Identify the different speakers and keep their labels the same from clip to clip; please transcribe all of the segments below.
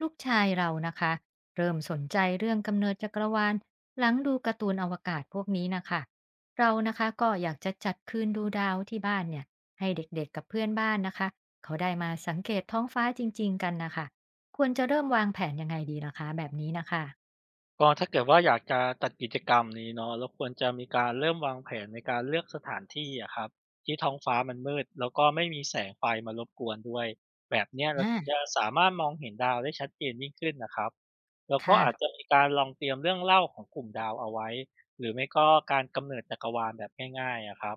Speaker 1: ลูกชายเรานะคะเริ่มสนใจเรื่องกำเนิดจักรวาลหลังดูการ์ตูนอวกาศพวกนี้นะคะเรานะคะก็อยากจะจัดคืนดูดาวที่บ้านเนี่ยให้เด็กๆกับเพื่อนบ้านนะคะเขาได้มาสังเกตท้องฟ้าจริงๆกันนะคะควรจะเริ่มวางแผนยังไงดีล่ะคะแบบนี้นะคะ
Speaker 2: ก็ถ้าเกิดว่าอยากจะจัดกิจกรรมนี้เนาะเราควรจะมีการเริ่มวางแผนในการเลือกสถานที่อะครับที่ท้องฟ้ามันมืดแล้วก็ไม่มีแสงไฟมารบกวนด้วยแบบเนี้ยเราถึงจะ
Speaker 1: อ่า
Speaker 2: สามารถมองเห็นดาวได้ชัดเจนยิ่งขึ้นนะครับแล้วก็
Speaker 1: ค่ะ
Speaker 2: อาจจะมีการลองเตรียมเรื่องเล่าของกลุ่มดาวเอาไว้หรือไม่ก็การกำเนิดจักรวาลแบบง่ายๆอะครับ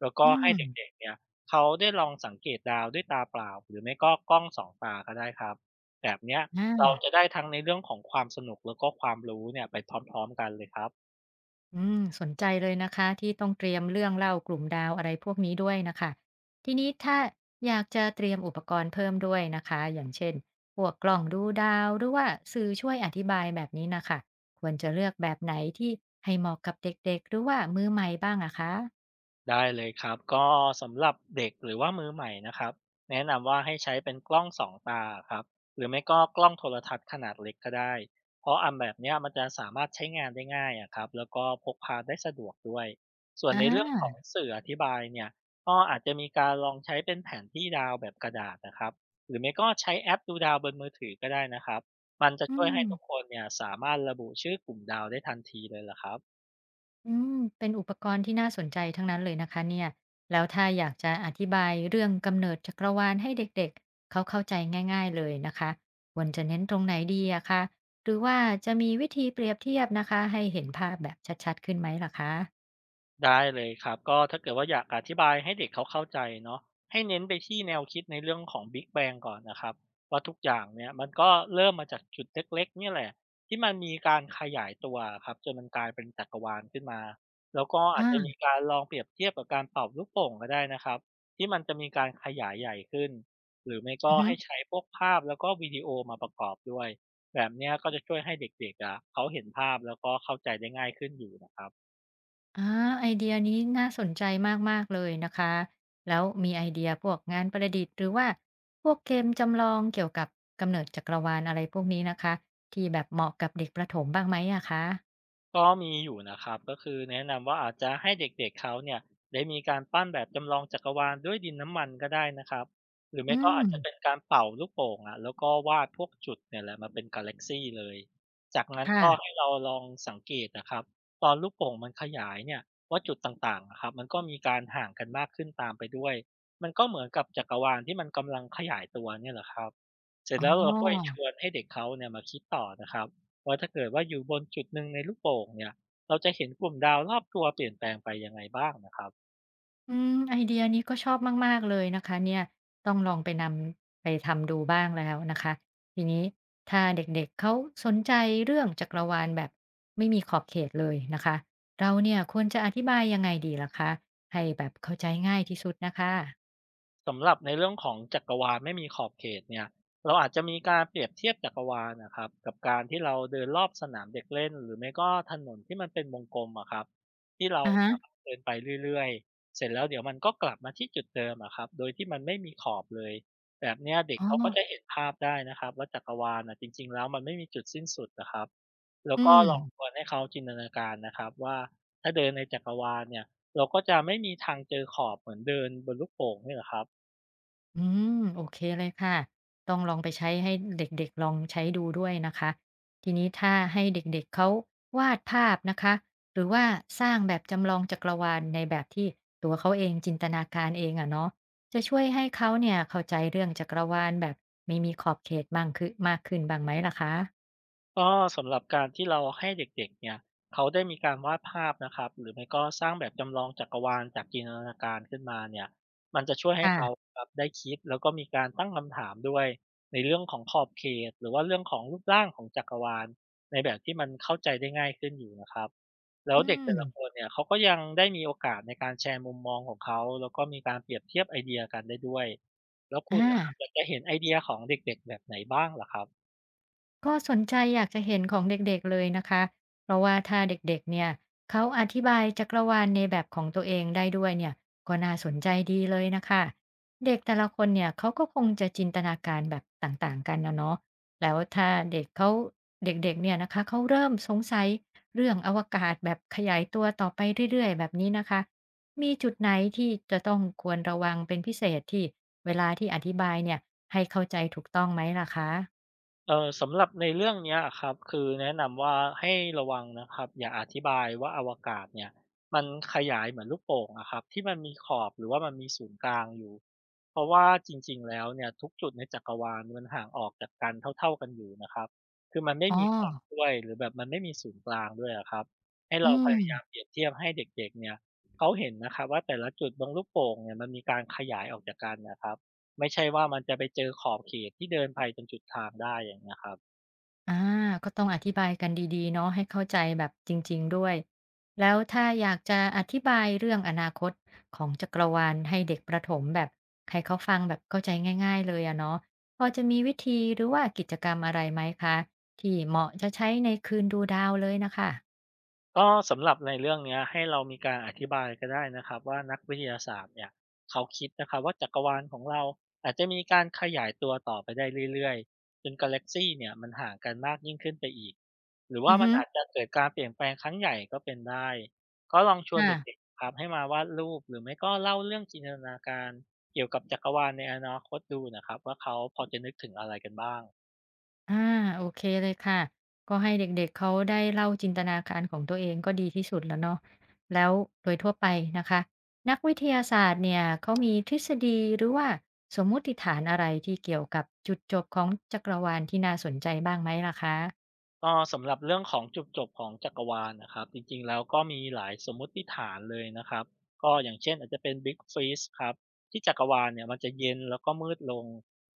Speaker 2: แล้วก็
Speaker 1: อื
Speaker 2: ให้
Speaker 1: ม
Speaker 2: เด็กๆเนี่ยเขาได้ลองสังเกตดาวด้วยตาเปล่าหรือไม่ก็กล้องสองตาก็ได้ครับแบบเนี้ย
Speaker 1: อ่
Speaker 2: เรา
Speaker 1: า
Speaker 2: จะได้ทั้งในเรื่องของความสนุกแล้วก็ความรู้เนี่ยไปพร้อมๆกันเลยครับ
Speaker 1: อืมสนใจเลยนะคะที่ต้องเตรียมเรื่องเล่ากลุ่มดาวอะไรพวกนี้ด้วยนะคะทีนี้ถ้าอยากจะเตรียมอุปกรณ์เพิ่มด้วยนะคะอย่างเช่นพวกกล่องดูดาวหรือว่าสื่อช่วยอธิบายแบบนี้นะคะควรจะเลือกแบบไหนที่ให้เหมาะกับเด็กๆหรือว่ามือใหม่บ้างอะคะ
Speaker 2: ได้เลยครับก็สำหรับเด็กหรือว่ามือใหม่นะครับแนะนำว่าให้ใช้เป็นกล้องสองตาครับหรือไม่ก็กล้องโทรทัศน์ขนาดเล็กก็ได้เพราะอันแบบเนี้ยมันจะสามารถใช้งานได้ง่ายอะครับแล้วก็พกพาได้สะดวกด้วยส่วน
Speaker 1: อ
Speaker 2: ในเรื่องขอ
Speaker 1: า
Speaker 2: งสื่ออธิบายเนี่ยก็อาจจะมีการลองใช้เป็นแผนที่ดาวแบบกระดาษนะครับหรือไม่ก็ใช้แอปดูดาวบนมือถือก็ได้นะครับมันจะ
Speaker 1: อื
Speaker 2: ช่วยให้
Speaker 1: ม
Speaker 2: ทุกคนเนี่ยสามารถระบุชื่อกลุ่มดาวได้ทันทีเลยล่ะครับ
Speaker 1: อืมเป็นอุปกรณ์ที่น่าสนใจทั้งนั้นเลยนะคะเนี่ยแล้วถ้าอยากจะอธิบายเรื่องกำเนิดจักรวาลให้เด็กๆเขาเข้าใจง่ายๆเลยนะคะควรจะเน้นตรงไหนดีอะคะหรือว่าจะมีวิธีเปรียบเทียบนะคะให้เห็นภาพแบบชัดๆขึ้นไหมล่ะคะ
Speaker 2: ได้เลยครับก็ถ้าเกิดว่าอยากอธิบายให้เด็กเขาเข้าใจเนาะให้เน้นไปที่แนวคิดในเรื่องของ Big Bang ก่อนนะครับว่าทุกอย่างเนี่ยมันก็เริ่มมาจากจุดเล็กๆเนี่ยแหละที่มันมีการขยายตัวครับจนมันกลายเป็นจักรวาลขึ้นมาแล้วก็อาจ
Speaker 1: อ่
Speaker 2: จะมี
Speaker 1: า
Speaker 2: การลองเปรียบเทียบกับการเป่าลูกโป่งก็ได้นะครับที่มันจะมีการขยายใหญ่ขึ้นหรือไม่ก็
Speaker 1: อือฮึ
Speaker 2: ให้ใช้พวกภาพแล้วก็วิดีโอมาประกอบด้วยแบบเนี้ยก็จะช่วยให้เด็กๆอะเขาเห็นภาพแล้วก็เข้าใจได้ง่ายขึ้นอยู่นะครับ
Speaker 1: อ่าไอเดียนี้น่าสนใจมากๆเลยนะคะแล้วมีไอเดียพวกงานประดิษฐ์หรือว่าพวกเกมจำลองเกี่ยวกับกำเนิดจักรวาลอะไรพวกนี้นะคะที่แบบเหมาะกับเด็กประถมบ้างไหมอะคะ
Speaker 2: ก็มีอยู่นะครับก็คือแนะนำว่าอาจจะให้เด็กๆเขาเนี่ยได้มีการปั้นแบบจำลองจักรวาลด้วยดินน้ำมันก็ได้นะครับหรือไม่
Speaker 1: อื
Speaker 2: ก็
Speaker 1: ม
Speaker 2: อาจจะเป็นการเป่าลูกโป่งอ่ะแล้วก็วาดพวกจุดเนี่ยแหละมาเป็นกาแล็กซี่เลยจากนั้นก็ให้
Speaker 1: ค่ะ
Speaker 2: เราลองสังเกตนะครับตอนลูกโป่งมันขยายเนี่ยว่าจุดต่างๆอะครับมันก็มีการห่างกันมากขึ้นตามไปด้วยมันก็เหมือนกับจักรวาลที่มันกำลังขยายตัวเนี่ยแหละครับเสร็จ
Speaker 1: อ๋
Speaker 2: แล้วเราค่อยช
Speaker 1: อ
Speaker 2: วนให้เด็กเขาเนี่ยมาคิดต่อนะครับ ว่าถ้าเกิดว่าอยู่บนจุดหนึ่งในลูกโป่งเนี่ย เราจะเห็นกลุ่มดาวรอบตัวเปลี่ยนแปลงไปยังไงบ้างนะครับ
Speaker 1: อืมไอเดียนี้ก็ชอบมากๆเลยนะคะเนี่ยต้องลองไปนำไปทำดูบ้างแล้วนะคะทีนี้ถ้าเด็กๆเขาสนใจเรื่องจักรวาลแบบไม่มีขอบเขตเลยนะคะเราเนี่ยควรจะอธิบายยังไงดีล่ะคะให้แบบเข้าใจง่ายที่สุดนะคะ
Speaker 2: สำหรับในเรื่องของจักรวาลไม่มีขอบเขตเนี่ยเราอาจจะมีการเปรียบเทียบจักรวาลนะครับกับการที่เราเดินรอบสนามเด็กเล่นหรือไม่ก็ถนนที่มันเป็นวงกลมอะครับที่เรา
Speaker 1: อะฮะ
Speaker 2: สามารถเดินไปเรื่อยๆเสร็จแล้วเดี๋ยวมันก็กลับมาที่จุดเดิมอะครับโดยที่มันไม่มีขอบเลยแบบเนี้ยเด็ก
Speaker 1: อ๋อ
Speaker 2: เขาก็จะเห็นภาพได้นะครับว่าจักรวาลอะจริงๆแล้วมันไม่มีจุดสิ้นสุดนะครับแล้ว
Speaker 1: อื
Speaker 2: ก็
Speaker 1: ม
Speaker 2: ลองชวนให้เขาจินตนาการนะครับว่าถ้าเดินในจักรวาลเนี่ยเราก็จะไม่มีทางเจอขอบเหมือนเดินบนลูกโป่งนี่แหละครับ
Speaker 1: อืมโอเคเลยค่ะต้องลองไปใช้ให้เด็กๆลองใช้ดูด้วยนะคะทีนี้ถ้าให้เด็กๆเขาวาดภาพนะคะหรือว่าสร้างแบบจำลองจักรวาลในแบบที่ตัวเขาเองจินตนาการเองอะเนาะจะช่วยให้เขาเนี่ยเข้าใจเรื่องจักรวาลแบบไม่มีขอบเขตบ้างคือมากขึ้นบ้างไหมล่ะคะ
Speaker 2: ก็สำหรับการที่เราให้เด็กๆเนี่ยเขาได้มีการวาดภาพนะครับหรือไม่ก็สร้างแบบจำลองจักรวาลจากจินตนาการขึ้นมาเนี่ยมันจะช่วยให้เขา
Speaker 1: ค่ะ
Speaker 2: ครับได้คิดแล้วก็มีการตั้งคำถามด้วยในเรื่องของขอบเขตหรือว่าเรื่องของรูปร่างของจักรวาลในแบบที่มันเข้าใจได้ง่ายขึ้นอยู่นะครับแล้ว
Speaker 1: อื
Speaker 2: เด็ก
Speaker 1: ม
Speaker 2: แต่ละคนเนี่ยเขาก็ยังได้มีโอกาสในการแชร์มุมมองของเขาแล้วก็มีการเปรียบเทียบไอเดียกันได้ด้วยแล้ว
Speaker 1: อ
Speaker 2: คุณนะครับอ
Speaker 1: ่า
Speaker 2: ยากจะเห็นไอเดียของเด็กๆแบบไหนบ้างล่ะครับ
Speaker 1: ก็สนใจอยากจะเห็นของเด็กๆเลยนะคะเพราะว่าถ้าเด็กๆเนี่ยเขาอธิบายจักรวาลในแบบของตัวเองได้ด้วยเนี่ยก็น่าสนใจดีเลยนะคะเด็กแต่ละคนเนี่ยเขาก็คงจะจินตนาการแบบต่างๆกันนะเนาะแล้วถ้าเด็กเขาเด็กๆเนี่ยนะคะเขาเริ่มสงสัยเรื่องอวกาศแบบขยายตัวต่อไปเรื่อยๆแบบนี้นะคะมีจุดไหนที่จะต้องควรระวังเป็นพิเศษที่เวลาที่อธิบายเนี่ยให้เข้าใจถูกต้องไหมล่ะคะ
Speaker 2: สำหรับในเรื่องเนี้ยอะครับคือแนะนำว่าให้ระวังนะครับอย่าอธิบายว่าอวกาศเนี่ยมันขยายเหมือนลูกโป่งอะครับที่มันมีขอบหรือว่ามันมีศูนย์กลางอยู่เพราะว่าจริงๆแล้วเนี่ยทุกจุดในจักรวาลมันห่างออกจากกันเท่าๆกันอยู่นะครับคือมันไม่
Speaker 1: อ๋อ
Speaker 2: มีขอบด้วยหรือแบบมันไม่มีศูนย์กลางด้วยอะครับให้
Speaker 1: อื
Speaker 2: เราพ
Speaker 1: ม
Speaker 2: ยายามเปรียบเทียบให้เด็กๆเนี่ยเขาเห็นนะครับว่าแต่ละจุดบนลูกโป่งเนี่ยมันมีการขยายออกจากกันนะครับ ไม่ใช่ว่ามันจะไปเจอขอบเขตที่เดินไปจนจุดทางได้อย่างเงี้ยครับ
Speaker 1: อ่า ก็ต้องอธิบายกันดีๆเนาะให้เข้าใจแบบจริงๆด้วย แล้วถ้าอยากจะอธิบายเรื่องอนาคตของจักรวาลให้เด็กประถมแบบให้เขาฟังแบบเข้าใจง่ายๆเลยอะเนาะพอจะมีวิธีหรือว่ากิจกรรมอะไรไหมคะที่เหมาะจะใช้ในคืนดูดาวเลยน่ะค่ะ
Speaker 2: ก็สำหรับในเรื่องเนี้ยให้เรามีการอธิบายก็ได้นะครับว่านักวิทยาศาสตร์เนี่ยเขาคิดนะครับว่าจักรวาลของเราอาจจะมีการขยายตัวต่อไปได้เรื่อยๆจนกาแล็กซีเนี่ยมันห่างกันมากยิ่งขึ้นไปอีกหรือ
Speaker 1: อื
Speaker 2: ว่า
Speaker 1: อ
Speaker 2: มัน
Speaker 1: ฮึ
Speaker 2: อาจจะเกิดการเปลี่ยนแปลงครั้งใหญ่ก็เป็นได้ก็ลองชวน
Speaker 1: ค่ะ
Speaker 2: เด็กๆครับให้มาวาดรูปหรือไม่ก็เล่าเรื่องจินตนาการเกี่ยวกับจักรวาลในอนาคตดูนะครับว่าเขาพอจะนึกถึงอะไรกันบ้าง
Speaker 1: อ่าโอเคเลยค่ะก็ให้เด็กๆเขาได้เล่าจินตนาการของตัวเองก็ดีที่สุดแล้วเนาะแล้วโดยทั่วไปนะคะนักวิทยาศาสตร์เนี่ยเขามีทฤษฎีหรือว่าสมมติฐานอะไรที่เกี่ยวกับจุดจบของจักรวาลที่น่าสนใจบ้างไหมล่ะคะ
Speaker 2: ก็สำหรับเรื่องของจุดจบของจักรวาลนะครับจริงๆแล้วก็มีหลายสมมติฐานเลยนะครับก็อย่างเช่นอาจจะเป็น Big Freeze ครับที่จักรวาลเนี่ยมันจะเย็นแล้วก็มืดลง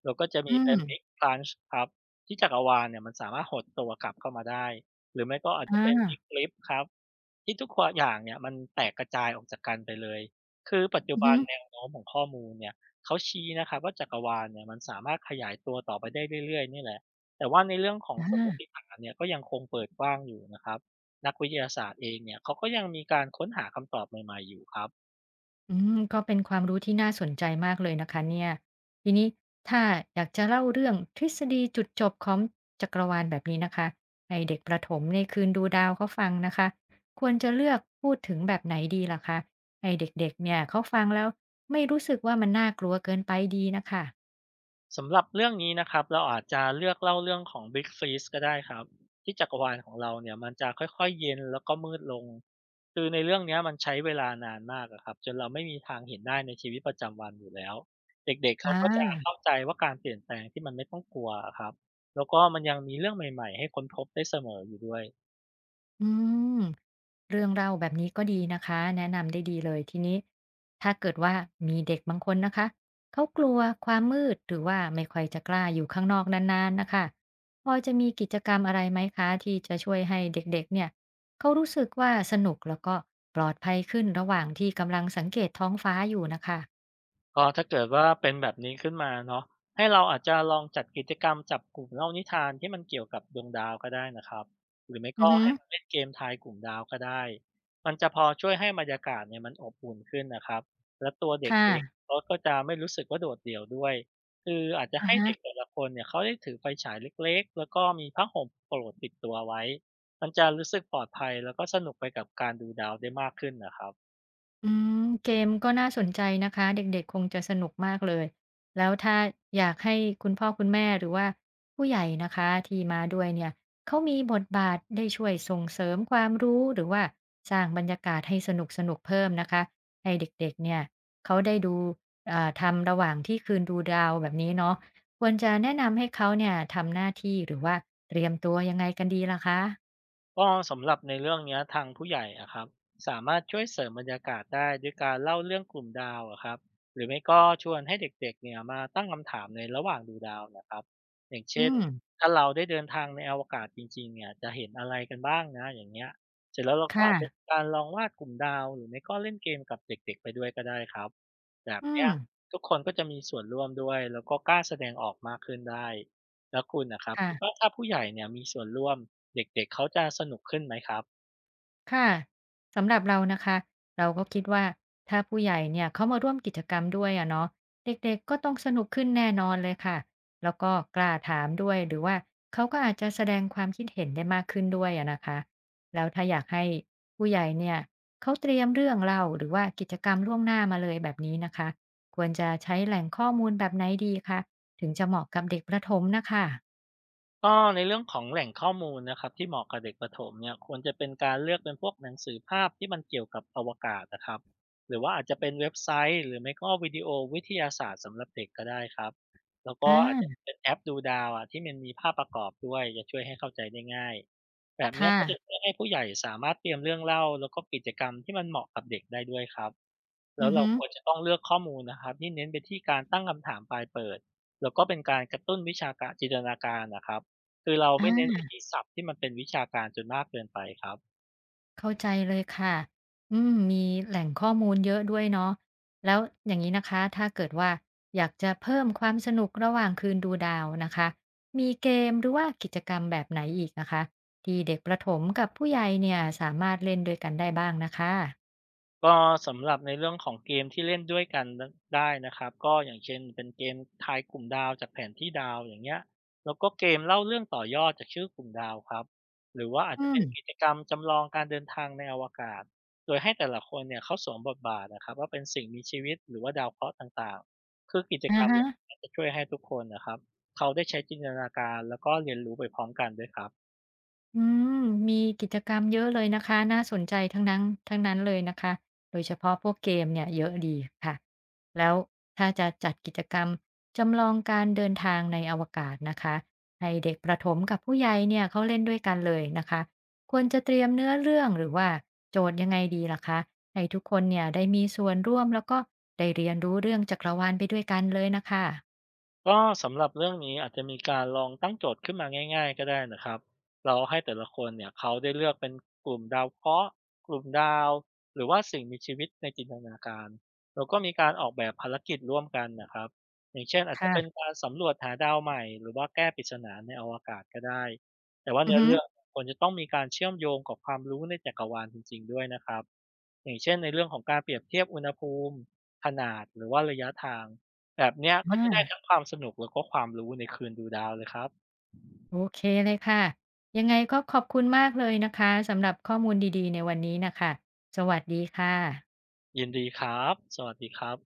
Speaker 2: แล้วก็จะ
Speaker 1: อื
Speaker 2: มีเป็
Speaker 1: ม
Speaker 2: น Big Plunge ครับที่จักรวาลเนี่ยมันสามารถหดตัวกลับเข้ามาได้หรือไม่ก็อาจ
Speaker 1: อ่
Speaker 2: จะเป็น Big
Speaker 1: า
Speaker 2: Flip ครับที่ทุกอย่างเนี่ยมันแตกกระจายออกจากกันไปเลยคือปัจจุ
Speaker 1: อือ
Speaker 2: บั
Speaker 1: ฮึ
Speaker 2: นแนวโน้มของข้อมูลเนี่ยเขาชี้นะครับว่าจักรวาลเนี่ยมันสามารถขยายตัวต่อไปได้เรื่อยๆนี่แหละ แต่ว่าในเรื่องของสมมติ
Speaker 1: อา
Speaker 2: ฐานเนี่ยก็ยังคงเปิดกว้างอยู่นะครับนักวิทยาศาสตร์เองเนี่ยเขาก็ยังมีการค้นหาคำตอบใหม่ๆอยู่ครับ
Speaker 1: อืมก็เป็นความรู้ที่น่าสนใจมากเลยนะคะเนี่ยทีนี้ถ้าอยากจะเล่าเรื่องทฤษฎีจุดจบของจักรวาลแบบนี้นะคะให้เด็กประถมในคืนดูดาวเขาฟังนะคะควรจะเลือกพูดถึงแบบไหนดีล่ะคะให้เด็กๆเนี่ยเขาฟังแล้วไม่รู้สึกว่ามันน่ากลัวเกินไปดีนะคะ
Speaker 2: สำหรับเรื่องนี้นะครับเราอาจจะเลือกเล่าเรื่องของ Big Freeze ก็ได้ครับที่จักรวาลของเราเนี่ยมันจะค่อยๆเย็นแล้วก็มืดลงคือในเรื่องเนี้ยมันใช้เวลานานมากอะครับจนเราไม่มีทางเห็นได้ในชีวิตประจำวันอยู่แล้วเด็กๆ
Speaker 1: อ่
Speaker 2: เขาก็จะเข้า
Speaker 1: า
Speaker 2: ใจว่าการเปลี่ยนแปลงที่มันไม่ต้องกลัวอะครับแล้วก็มันยังมีเรื่องใหม่ๆให้ค้นพบได้เสมออยู่ด้วย
Speaker 1: อืม เรื่องเล่าแบบนี้ก็ดีนะคะแนะนำได้ดีเลยทีนี้ถ้าเกิดว่ามีเด็กบางคนนะคะเขากลัวความมืดหรือว่าไม่ค่อยจะกล้าอยู่ข้างนอกนานๆนะคะพอจะมีกิจกรรมอะไรไหมคะที่จะช่วยให้เด็กๆเนี่ยเขารู้สึกว่าสนุกแล้วก็ปลอดภัยขึ้นระหว่างที่กำลังสังเกตท้องฟ้าอยู่นะคะ
Speaker 2: ก็ถ้าเกิดว่าเป็นแบบนี้ขึ้นมาเนาะให้เราอาจจะลองจัดกิจกรรมจับกลุ่มเล่านิทานที่มันเกี่ยวกับดวงดาวก็ได้นะครับหรือไม่
Speaker 1: อือ
Speaker 2: ก็
Speaker 1: ฮึ
Speaker 2: ให้มาเล่นเกมทายกลุ่มดาวก็ได้มันจะพอช่วยให้บรรยากาศเนี่ยมันอบอุ่นขึ้นนะครับและตัวเด็ก
Speaker 1: ค่ะ
Speaker 2: เองเขาก็จะไม่รู้สึกว่าโดดเดี่ยวด้วยคืออาจจะ
Speaker 1: อะ
Speaker 2: ให้
Speaker 1: ฮะ
Speaker 2: เด็กแต่ละคนเนี่ยเขาได้ถือไฟฉายเล็กๆแล้วก็มีผ้าห่มโปรดติดตัวไว้มันจะรู้สึกปลอดภัยแล้วก็สนุกไปกับการดูดาวได้มากขึ้นนะครับ
Speaker 1: อืมเกมก็น่าสนใจนะคะเด็กๆคงจะสนุกมากเลยแล้วถ้าอยากให้คุณพ่อคุณแม่หรือว่าผู้ใหญ่นะคะที่มาด้วยเนี่ยเขามีบทบาทได้ช่วยส่งเสริมความรู้หรือว่าสร้างบรรยากาศให้สนุกๆเพิ่มนะคะให้เด็กๆเนี่ยเขาได้ดูเอ่าทำระหว่างที่คืนดูดาวแบบนี้เนาะควรจะแนะนำให้เขาเนี่ยทำหน้าที่หรือว่าเตรียมตัวยังไงกันดีล่ะคะ
Speaker 2: ก็สำหรับในเรื่องเนี้ยทางผู้ใหญ่อะครับสามารถช่วยเสริมบรรยากาศได้ด้วยการเล่าเรื่องกลุ่มดาวอะครับหรือไม่ก็ชวนให้เด็กๆเนี่ยมาตั้งคำถามในระหว่างดูดาวนะครับอย่าง
Speaker 1: อื
Speaker 2: เช่น
Speaker 1: ม
Speaker 2: ถ้าเราได้เดินทางในอวกาศจริงๆเนี่ยจะเห็นอะไรกันบ้างนะอย่างเงี้ยเสร็จแล้วเราก็
Speaker 1: ค่ะ
Speaker 2: อาจจะมีการลองวาดกลุ่มดาวหรือไม่ก็เล่นเกมกับเด็กๆไปด้วยก็ได้ครับแบบ
Speaker 1: อื
Speaker 2: เนี้
Speaker 1: ม
Speaker 2: ยทุกคนก็จะมีส่วนร่วมด้วยแล้วก็กล้าแสดงออกมากขึ้นได้ แล้วคุณนะครับ
Speaker 1: ค่ะ
Speaker 2: คิดว่าถ้าผู้ใหญ่เนี่ยมีส่วนร่วมเด็กๆเขาจะสนุกขึ้นไหมครับ
Speaker 1: ค่ะสำหรับเรานะคะเราก็คิดว่าถ้าผู้ใหญ่เนี่ยเขามาร่วมกิจกรรมด้วยอะเนาะเด็กๆก็ต้องสนุกขึ้นแน่นอนเลยค่ะแล้วก็กล้าถามด้วยหรือว่าเขาก็อาจจะแสดงความคิดเห็นได้มากขึ้นด้วยอะนะคะแล้วถ้าอยากให้ผู้ใหญ่เนี่ยเขาเตรียมเรื่องเล่าหรือว่ากิจกรรมล่วงหน้ามาเลยแบบนี้นะคะควรจะใช้แหล่งข้อมูลแบบไหนดีคะถึงจะเหมาะกับเด็กประถมนะคะ
Speaker 2: ก็ในเรื่องของแหล่งข้อมูลนะครับที่เหมาะกับเด็กประถมเนี่ยควรจะเป็นการเลือกเป็นพวกหนังสือภาพที่มันเกี่ยวกับอวกาศนะครับหรือว่าอาจจะเป็นเว็บไซต์หรือไม่ก็วิดีโอวิทยาศาสตร์สำหรับเด็กก็ได้ครับแล้วก็อาจจะ
Speaker 1: อา
Speaker 2: เป็นแอปดูดาวอะที่มันมีภาพประกอบด้วยจะช่วยให้เข้าใจได้ง่ายแบบเนี้ย
Speaker 1: ค่ะ
Speaker 2: ก็จะช่วยให้ผู้ใหญ่สามารถเตรียมเรื่องเล่าแล้วก็กิจกรรมที่มันเหมาะกับเด็กได้ด้วยครับ แล้
Speaker 1: อื
Speaker 2: ว
Speaker 1: อ
Speaker 2: เรา
Speaker 1: ฮึ
Speaker 2: ควรจะต้องเลือกข้อมูลนะครับที่เน้นไปที่การตั้งคำถามปลายเปิดแล้วก็เป็นการกระตุ้นวิชาการจินตนาการนะครับคือเราไม่เน้นไป
Speaker 1: อา
Speaker 2: ที่ศัพท์ที่มันเป็นวิชาการจนมากเกินไปครับ
Speaker 1: เข้าใจเลยค่ะอืมมีแหล่งข้อมูลเยอะด้วยเนาะแล้วอย่างนี้นะคะ ถ้าเกิดว่าอยากจะเพิ่มความสนุกระหว่างคืนดูดาวนะคะ มีเกมหรือว่ากิจกรรมแบบไหนอีกนะคะที่เด็กประถมกับผู้ใหญ่เนี่ยสามารถเล่นด้วยกันได้บ้างนะคะ
Speaker 2: ก็สำหรับในเรื่องของเกมที่เล่นด้วยกันนะได้นะครับก็อย่างเช่นเป็นเกมทายกลุ่มดาวจากแผนที่ดาวอย่างเงี้ยแล้วก็เกมเล่าเรื่องต่อยอดจากชื่อกลุ่มดาวครับหรือว่าอาจ
Speaker 1: อื
Speaker 2: จะเป็
Speaker 1: ม
Speaker 2: นกิจกรรมจำลองการเดินทางในอวกาศโดยให้แต่ละคนเนี่ยเขาสวมบทบาทอะครับว่าเป็นสิ่งมีชีวิตหรือว่าดาวเคราะห์ต่างๆคือกิจกร
Speaker 1: อะ
Speaker 2: รมเหล่า
Speaker 1: ฮะ
Speaker 2: เนี้ยจะช่วยให้ทุกคนน่ะครับเขาได้ใช้จินตนาการแล้วก็เรียนรู้ไปพร้อมกันด้วยครับ
Speaker 1: อืมมีกิจกรรมเยอะเลยนะคะน่าสนใจทั้งนั้นทั้งนั้นเลยนะคะโดยเฉพาะพวกเกมเนี่ยเยอะดีค่ะแล้วถ้าจะจัดกิจกรรมจำลองการเดินทางในอวกาศนะคะให้เด็กประถมกับผู้ใหญ่เนี่ยเขาเล่นด้วยกันเลยนะคะควรจะเตรียมเนื้อเรื่องหรือว่าโจทย์ยังไงดีล่ะคะให้ทุกคนเนี่ยได้มีส่วนร่วมแล้วก็ได้เรียนรู้เรื่องจักรวาลไปด้วยกันเลยนะคะ
Speaker 2: ก็สำหรับเรื่องนี้อาจจะมีการลองตั้งโจทย์ขึ้นมาง่ายๆก็ได้นะครับเราให้แต่ละคนเนี่ยเขาได้เลือกเป็นกลุ่มดาวเคราะห์กลุ่มดาวหรือว่าสิ่งมีชีวิตในจินตนาการแล้วก็มีการออกแบบภารกิจร่วมกันนะครับอย่างเช่นอาจจะเป็น
Speaker 1: ค่ะ
Speaker 2: การสำรวจหาดาวใหม่หรือว่าแก้ปริศนาในอวกาศก็ได้แต่ว่า
Speaker 1: อือ
Speaker 2: เนื้อ
Speaker 1: ฮึ
Speaker 2: เรื่องควรจะต้องมีการเชื่อมโยงกับความรู้ในจักรวาลจริงๆด้วยนะครับ อย่างเช่นในเรื่องของการเปรียบเทียบอุณหภูมิขนาดหรือว่าระยะทางแบบเนี้ยก็จะได้
Speaker 1: อา
Speaker 2: ทั้งความสนุกแล้วก็ความรู้ในคืนดูดาวเลยครับ
Speaker 1: โอเคเลยค่ะยังไงก็ขอบคุณมากเลยนะคะสำหรับข้อมูลดีๆในวันนี้นะคะสวัสดีค่ะ
Speaker 2: ยินดีครับสวัสดีครับ